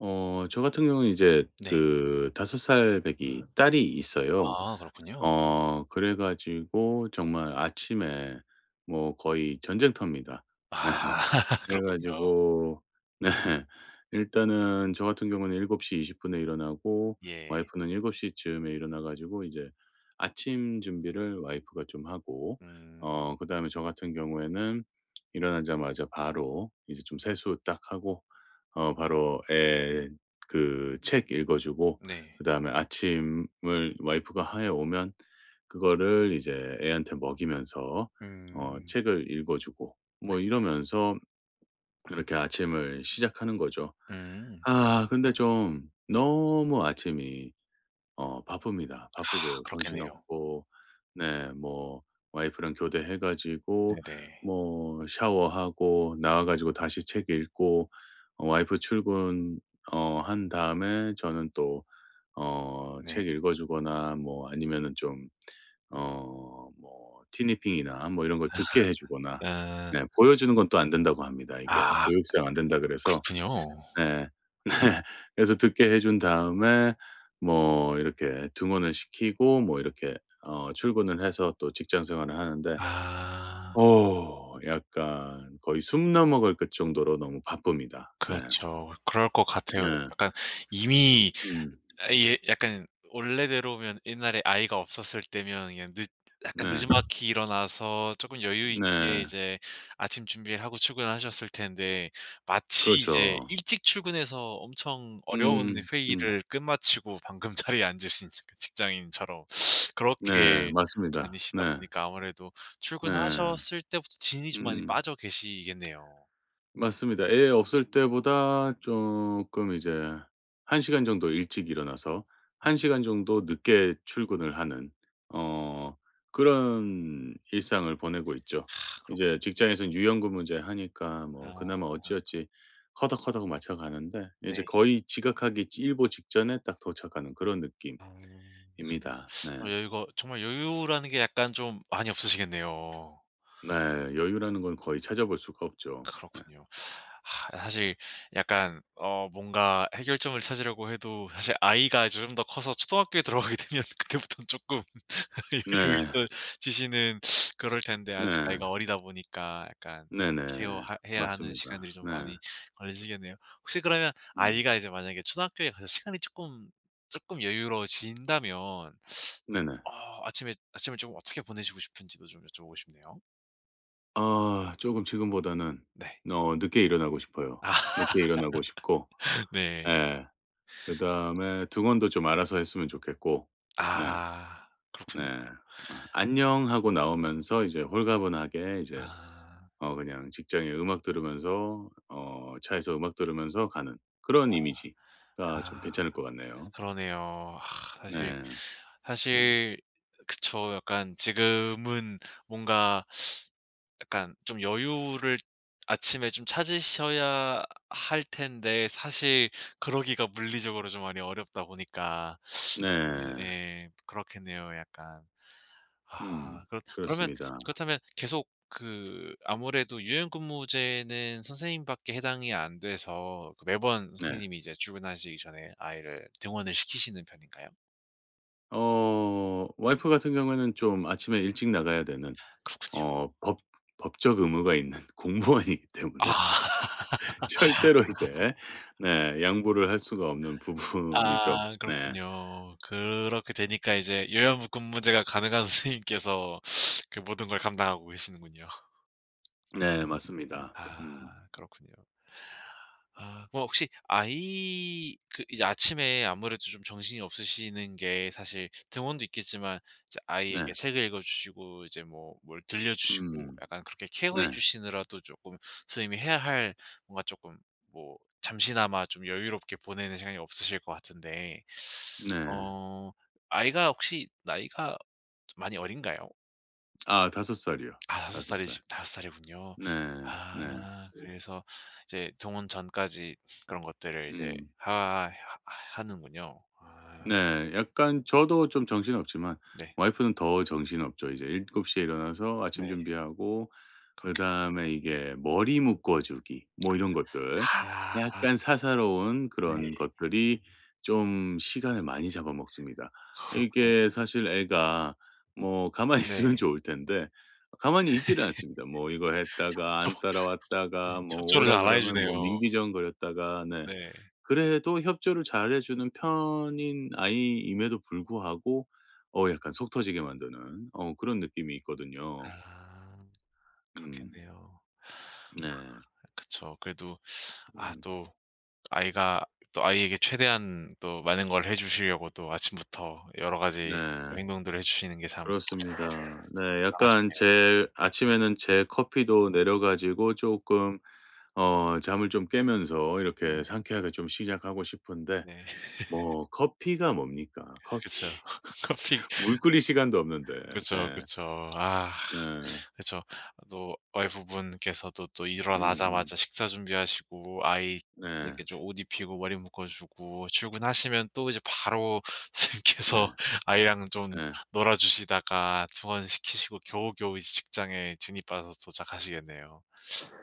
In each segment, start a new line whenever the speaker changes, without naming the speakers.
저 같은 경우는 이제
네.
그 5살 배기 딸이 있어요.
아, 그렇군요.
그래 가지고 정말 아침에 뭐 거의 전쟁터입니다.
아
그래
그렇군요.
가지고 네. 일단은 저 같은 경우는 7:20 에 일어나고,
예.
와이프는 7시 쯤에 일어나 가지고 이제 아침 준비를 와이프가 좀 하고,
음.
그다음에 저 같은 경우에는 일어나자마자 바로 이제 좀 세수 딱 하고, 바로 애 그 책 읽어 주고,
네.
그다음에 아침을 와이프가 해 오면 그거를 이제 애한테 먹이면서
음.
책을 읽어 주고 뭐 이러면서 그렇게 아침을 시작하는 거죠.
음.
아 근데 좀 너무 아침이 바쁩니다.
아,
바쁘고
그렇겠네요.
정신없고, 네 뭐 와이프랑 교대해 가지고
네네.
뭐 샤워하고 나와 가지고 다시 책 읽고, 와이프 출근 한 다음에 저는 또
네.
책 읽어 주거나 뭐 아니면은 좀 뭐 티니핑이나 뭐 이런 걸 듣게 해 주거나.
음.
네 보여 주는 건 또 안 된다고 합니다. 이게
아,
교육상 안 된다 그래서.
그렇군요.
네. 네. 그래서 듣게 해준 다음에 뭐 이렇게 등원을 시키고 뭐 이렇게 출근을 해서 또 직장 생활을 하는데
아,
약간 거의 숨 넘어갈 것 정도로 너무 바쁩니다. 네.
그렇죠. 그럴 것 같아요.
네.
약간 이미,
음.
아 이게 약간 원래대로면 옛날에 아이가 없었을 때면 그냥 늦 약간
네.
느지막이 일어나서 쪼끔 여유 있게
네.
이제 아침 준비를 하고 출근하셨을 텐데, 마치
그렇죠.
이제 일찍 출근해서 엄청
음음.
어려운
음. 음.
회의를 끝마치고 방금 자리에 앉으신 그 직장인처럼
네.
그렇게
맞습니다.
다니시다
네.
보니까 아무래도
네.
출근하셨을 때부터 진이 좀 많이
음.
빠져 계시겠네요.
맞습니다. 애 없을 때보다 조금 이제 한 시간 정도 일찍 일어나서
음.
한 시간 정도 늦게 출근을 하는 어 그런 일상을 보내고 있죠.
아,
이제
그렇구나.
직장에선 유연근 문제 하니까 뭐
아,
그나마 어찌어찌 허덕허덕 맞춰 가는데
네.
이제 거의 지각하기 일보 직전에 딱 도착하는 그런
아 정말,
느낌입니다.
어
네.
여유가, 정말 여유라는 게 약간 좀 많이 없으시겠네요.
네. 여유라는 건 거의 찾아볼 수가 없죠.
그렇군요. 하, 사실 약간 어 뭔가 해결점을 찾으려고 해도 사실 아이가 좀 더 커서 초등학교에 들어가게 되면 그때부터는 조금 여유
네.
있어지시는, 그럴 텐데 아직
네.
아이가 어리다 보니까 약간 케어
네네.
해야 하는
맞습니다.
시간들이 좀
네.
많이 걸리시겠네요. 혹시 그러면
음.
아이가 이제 만약에 초등학교에 가서 시간이 조금 여유로워진다면
네네.
어 아침에, 아침을 좀 어떻게 보내시고 싶은지도 좀 여쭤보고 싶네요.
아 조금 지금보다는
네.
늦게 일어나고 싶어요.
아
늦게 일어나고 싶고
네.
예. 그다음에 등원도 좀 알아서 했으면 좋겠고. 네.
아,
네.
그렇군요.
아 "안녕." 하고 나오면서 이제 홀가분하게 이제
아.
그냥 직장에 음악 들으면서, 어 차에서 음악 들으면서 가는 그런 이미지가 좀
아,
괜찮을 것 같네요.
그러네요. 아 사실,
네. 음.
사실 그쵸. 약간 지금은 뭔가 약간 좀 여유를 아침에 좀 찾으셔야 할 텐데 사실 그러기가 물리적으로 좀 많이 어렵다 보니까. 네.
네.
예, 그렇겠네요, 약간. 아
음.
그렇 그러면,
그렇습니다.
그렇다면 계속 그 아무래도 유연근무제는 선생님밖에 해당이 안 돼서, 그 매번
네.
선생님이 이제 출근하시기 전에 아이를 등원을 시키시는 편인가요?
와이프 같은 경우에는 좀 아침에 일찍 나가야 되는
그렇군요.
어 법 법적 의무가 있는 공무원이기 때문에
아.
절대로 이제 네 양보를 할 수가 없는 부분이죠.
아,
네.
그렇군요. 그렇게 되니까 이제 유연근무제가 가능한 선생님께서 그 모든 걸 감당하고 계시는군요.
네 맞습니다. 음.
아, 그렇군요. 아, 그럼 혹시 아이, 그 이제 아침에 아무래도 좀 정신이 없으시는 게 사실 등원도 있겠지만 이제
네.
아이에게 책을 읽어 주시고 이제 뭐 뭘 들려 주시고
음.
약간 그렇게 케어해
네.
주시느라도 조금 선생님이 해야 할 뭔가 조금, 뭐 잠시나마 좀 여유롭게 보내는 시간이 없으실 것 같은데.
네.
어 아이가 혹시 나이가 많이 어린가요?
아 5 살이요.
아, 다섯
다섯 살.
살이시 섯 살이군요.
네.
아,
네.
그래서 이제 동혼 전까지 그런 것들을 이제
음.
하 하 하는군요. 아,
네. 약간 저도 좀 정신없지만
네.
와이프는 더 정신없죠. 이제 7 시에 일어나서 아침
네.
준비하고
그렇게.
그다음에 이게 머리 묶어 주기 뭐 이런 것들,
아,
약간 사사로운 그런
네.
것들이 좀 시간을 많이 잡아먹습니다.
그렇군요.
이게 사실 애가 뭐 가만히 있으면
네. 저
좋을 텐데 가만히 있지를 않습니다. 뭐 이거 했다가 안 따라왔다가 뭐
협조를
오라
잘 안 해
그러면
주네요.
뭐 민기정거렸다가. 네.
네.
그래도 협조를 잘해 주는 편인 아이임에도 불구하고 약간 속 터지게 만드는 그런 느낌이 있거든요.
아,
음.
그렇겠네요.
네.
그쵸. 그래도 아
음.
또 아이가, 또 아이에게 최대한 또 많은 걸 해 주시려고 또 아침부터 여러 가지
네.
행동들을 해 주시는 게 참
그렇습니다. 네. 약간
대단하시네요.
제 아침에는 제 커피도 내려 가지고 조금 잠을 좀 깨면서 이렇게
네.
상쾌하게 좀 시작하고 싶은데
네.
뭐 커피가 뭡니까?
그쵸.
커피.
커피.
물 끓일 시간도 없는데.
그쵸,
네.
그쵸. 아,
네.
그쵸. 또 와이프분께서도 또
음음.
일어나자마자 식사 준비하시고 아이
네.
이렇게 좀 옷 입히고 머리 묶어 주고 출근하시면 또 이제 바로
네.
선생님께서 아이랑 좀
네.
놀아 주시다가 소원시키시고 겨우겨우 이제 직장에 진입하셔서 도착하시겠네요.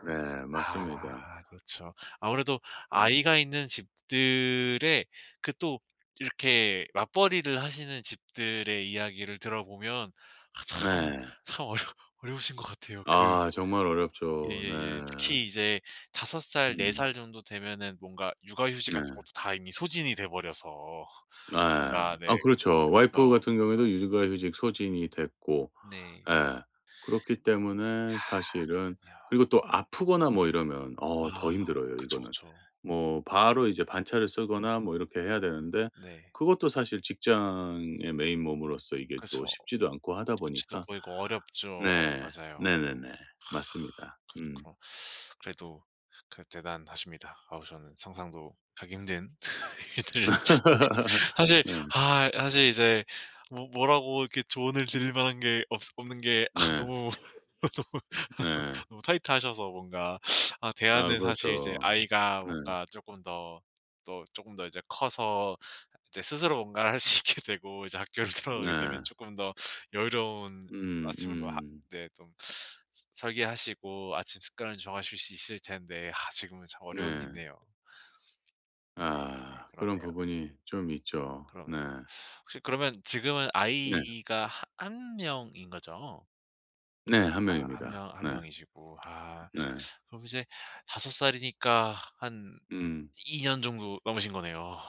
네. 맞습니다.
아, 그렇죠. 아무래도
음.
아이가 있는 집들의 그 또 이렇게 맞벌이를 하시는 집들의 이야기를 들어보면 아, 참
네.
참 어려 어려우신 것 같아요. 그,
아 정말 어렵죠. 네.
예예예. 특히 이제 5 살, 4
음.
살 정도 되면은 뭔가 육아휴직
네.
같은 것도 다 이미 소진이 돼 버려서
아
아, 네.
아 그렇죠.
그
와이프
렇그
같은 경우에도 육아휴직 소진이 됐고
네.
예. 그렇기 때문에 사실은
그렇군요.
그리고 또 아프거나 뭐 이러면
아,
더 힘들어요
그쵸,
이거는.
그쵸.
뭐 바로 이제 반차를 쓰거나 뭐 이렇게 해야 되는데
네.
그것도 사실 직장의 메인 몸으로서 이게 또
그쵸.
쉽지도 않고 하다
눈치도
보니까.
보이고 어렵죠.
네.
맞아요.
네네네. 맞습니다. 음.
그렇 그래도 그 대단하십니다. 아우, 저는 상상도 하기 힘든 일들을 사실,
네.
아 사실 이제 뭐 뭐라고 이렇게 조언을 드릴 만한 게 없 없는 게 아
네.
너무 너무
네.
너무 타이트하셔서 뭔가 아
아
대안은 사실 이제
그렇죠.
아이가
네.
뭔가 조금 더, 또 조금 더 이제 커서 이제 스스로 뭔가를 할 수 있게 되고 이제 학교를 들어가게 되면
네.
조금 더 여유로운
음
아침으로 하,
음.
이제 좀 설계하시고 아침 습관을 정하실 수 있을 텐데 아 지금은 참 어려움이
네.
있네요. 네,
아 그런
그러네요.
부분이 좀 있죠.
그럼
네.
혹시 그러면 지금은
네.
아이가 하 한 명인 거죠?
네. 한
아, 한
명입니다.
명, 한
네.
명이시고. 아.
네.
그럼 이제 다섯 살이니까 한
음.
2년 정도 넘으신 거네요.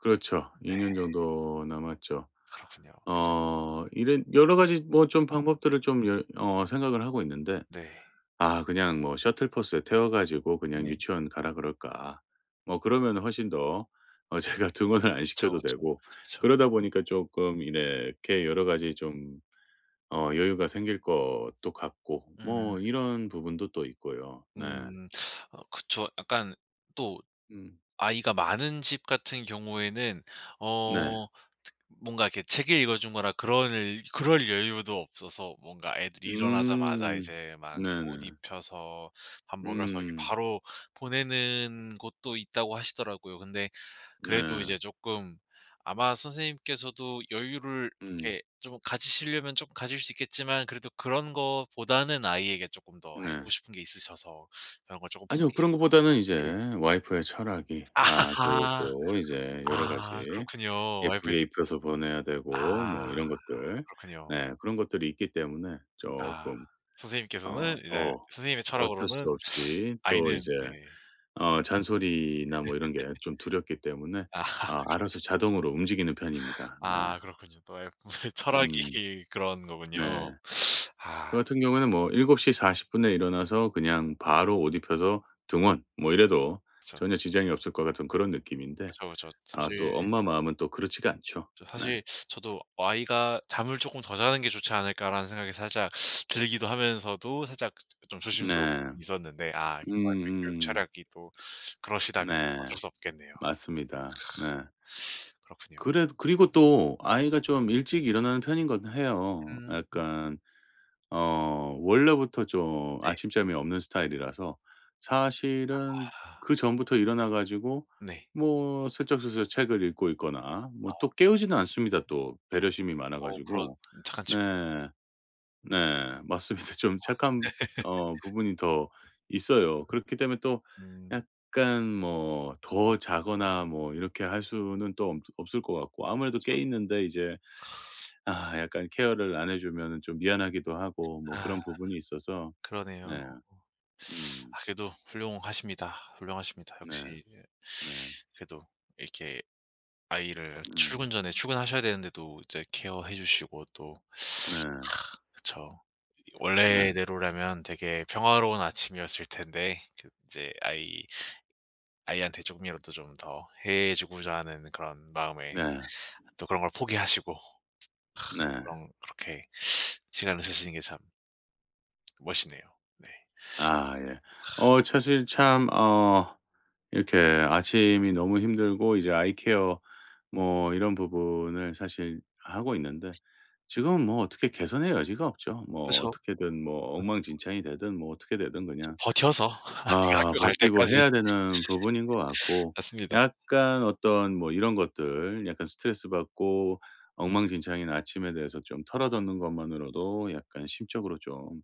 그렇죠.
네.
2년 정도 남았죠.
그렇군요.
이런 여러 가지 뭐 좀 방법들을 좀 열 어 생각을 하고 있는데
네.
"아 그냥 뭐 셔틀버스에 태워 가지고 그냥
네.
유치원 가라 그럴까?" 뭐 그러면 훨씬 더 제가 등원을 안
그쵸,
시켜도
그쵸.
되고,
그쵸.
그러다 보니까 조금 이렇게 여러 가지 좀 여유가 생길 것도 같고
음.
뭐 이런 부분도 또 있고요. 네.
음. 어 그쵸. 약간 또
음.
아이가 많은 집 같은 경우에는
네.
어 뭔가 이렇게 책을 읽어 준 거나 그런 일, 그럴 여유도 없어서 뭔가 애들이 일어나자마자
음.
이제 막 옷
네네.
입혀서 밥 먹여서 이렇게
음.
바로 보내는 곳도 있다고 하시더라고요. 근데 그래도
네.
이제 조금, 아마 선생님께서도 여유를
음.
이렇게 좀 가지시려면 좀 가질 수 있겠지만 그래도 그런 거보다는 아이에게 조금 더 해
네.
주고 싶은 게 있으셔서 그런 걸 조금...
아니요.
포기.
그런 것보다는
아.
이제 와이프의 철학이 아주 또 이제 여러 가지
아, 그렇군요. 와이프.
예쁘게 입혀서 보내야 되고 뭐
아,
이런 것들.
그렇군요.
네 그런 것들이 있기 때문에
아.
쪼끔
선생님께서는 이제
더
선생님의
어쩔
철학으로는
수 없이 또 이제
아이는, 네.
잔소리나 뭐 이런 게 좀 두렵기 때문에
아.
아 알아서 자동으로 움직이는 편입니다. 네.
아, 그렇군요. 또 와이프분의
음.
철학이 그런 거군요.
네.
아,
저 같은 경우에는 뭐 7:40 분에 일어나서 그냥 바로 옷 입혀서 등원 뭐 이래도
그쵸.
전혀 지장이 없을 것 같은 그런 느낌인데
그쵸, 그쵸.
아
사실
또 엄마 마음은 또 그렇지가 않죠.
저,
네.
사실 저도 '아이가 잠을 쪼끔 더 자는 게 좋지 않을까.'라는 생각이 살짝 들기도 하면서도 살짝 좀 조심스러움이
네.
있었는데 아 와이프의 교육
음음.
철학이 또 그러시다면
네.
어쩔 수 없겠네요.
맞습니다. 네.
그렇군요.
그래 그리고 또 아이가 좀 일찍 일어나는 편인 건 해요.
음.
약간 원래부터 좀
네.
아침잠이 없는 스타일이라서 사실은
아,
그전부터 일어나 가지고
네.
뭐 슬쩍슬쩍 책을 읽고 있거나 뭐 또 깨우지는 않습니다 또 배려심이 많아
어 그런
가지고.
착한 친구.
네. 네. 맞습니다. 좀 착한 부분이 더 있어요. 그렇기 때문에 또
음.
약간 뭐 더 자거나 뭐 이렇게 할 수는 또 없을 것 같고 아무래도 깨 있는데 이제 아 약간 케어를 안 해주면 좀 미안하기도 하고 뭐
아,
그런 부분이 있어서.
그러네요.
네. 음.
아, 그래도 훌륭하십니다. 훌륭하십니다.
네.
역시. 예,
네.
그래도 이렇게 아이를
음.
출근 전에 출근하셔야 되는데도 이제 케어해 주시고 또
네.
그쵸.
네.
원래대로라면 되게 평화로운 아침이었을 텐데 그제 아이, 아이한테 조금이라도 좀 더 해 주고자 하는 그런 마음에
네.
또 그런 걸 포기하시고
네.
그런, 그렇게 시간을 쓰시는 게 참 멋있네요. 네.
아 예. 어 사실 참어 이렇게 아침이 너무 힘들고 이제 아이 케어 뭐 이런 부분을 사실 하고 있는데 지금은 뭐 어떻게 개선의 여지가 없죠. 뭐
그쵸.
어떻게든 뭐 엉망진창이 되든 뭐 어떻게 되든
좀
그냥
버텨서 아이가
아
학교 갈
버티고
때까지.
해야 되는 부분인 것 같고,
맞습니다.
약간 어떤 뭐 이런 것들 약간 스트레스 받고 엉망진창인 아침에 대해서 좀 털어놓는 것만으로도 약간 심적으로 좀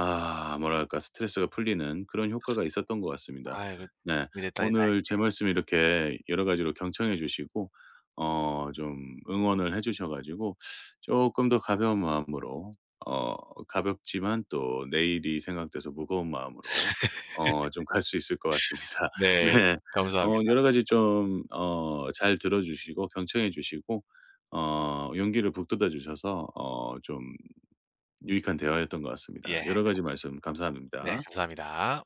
아 뭐랄까 스트레스가 풀리는 그런 효과가 있었던 것 같습니다.
아이고,
네.
도움이 됐다니 다행.
오늘 제 말씀 이렇게 여러 가지로 경청해 주시고 좀 응원을 해 주셔 가지고 조금 더 가벼운 마음으로 가볍지만 또 내일이 생각돼서 무거운 마음으로 좀 갈 수 있을 것 같습니다.
네.
네.
감사합니다.
여러 가지 좀 잘 들어 주시고 경청해 주시고 용기를 북돋아 주셔서 어좀 유익한 대화였던 것 같습니다.
예.
여러 가지 말씀
네,
감사합니다.
감사합니다.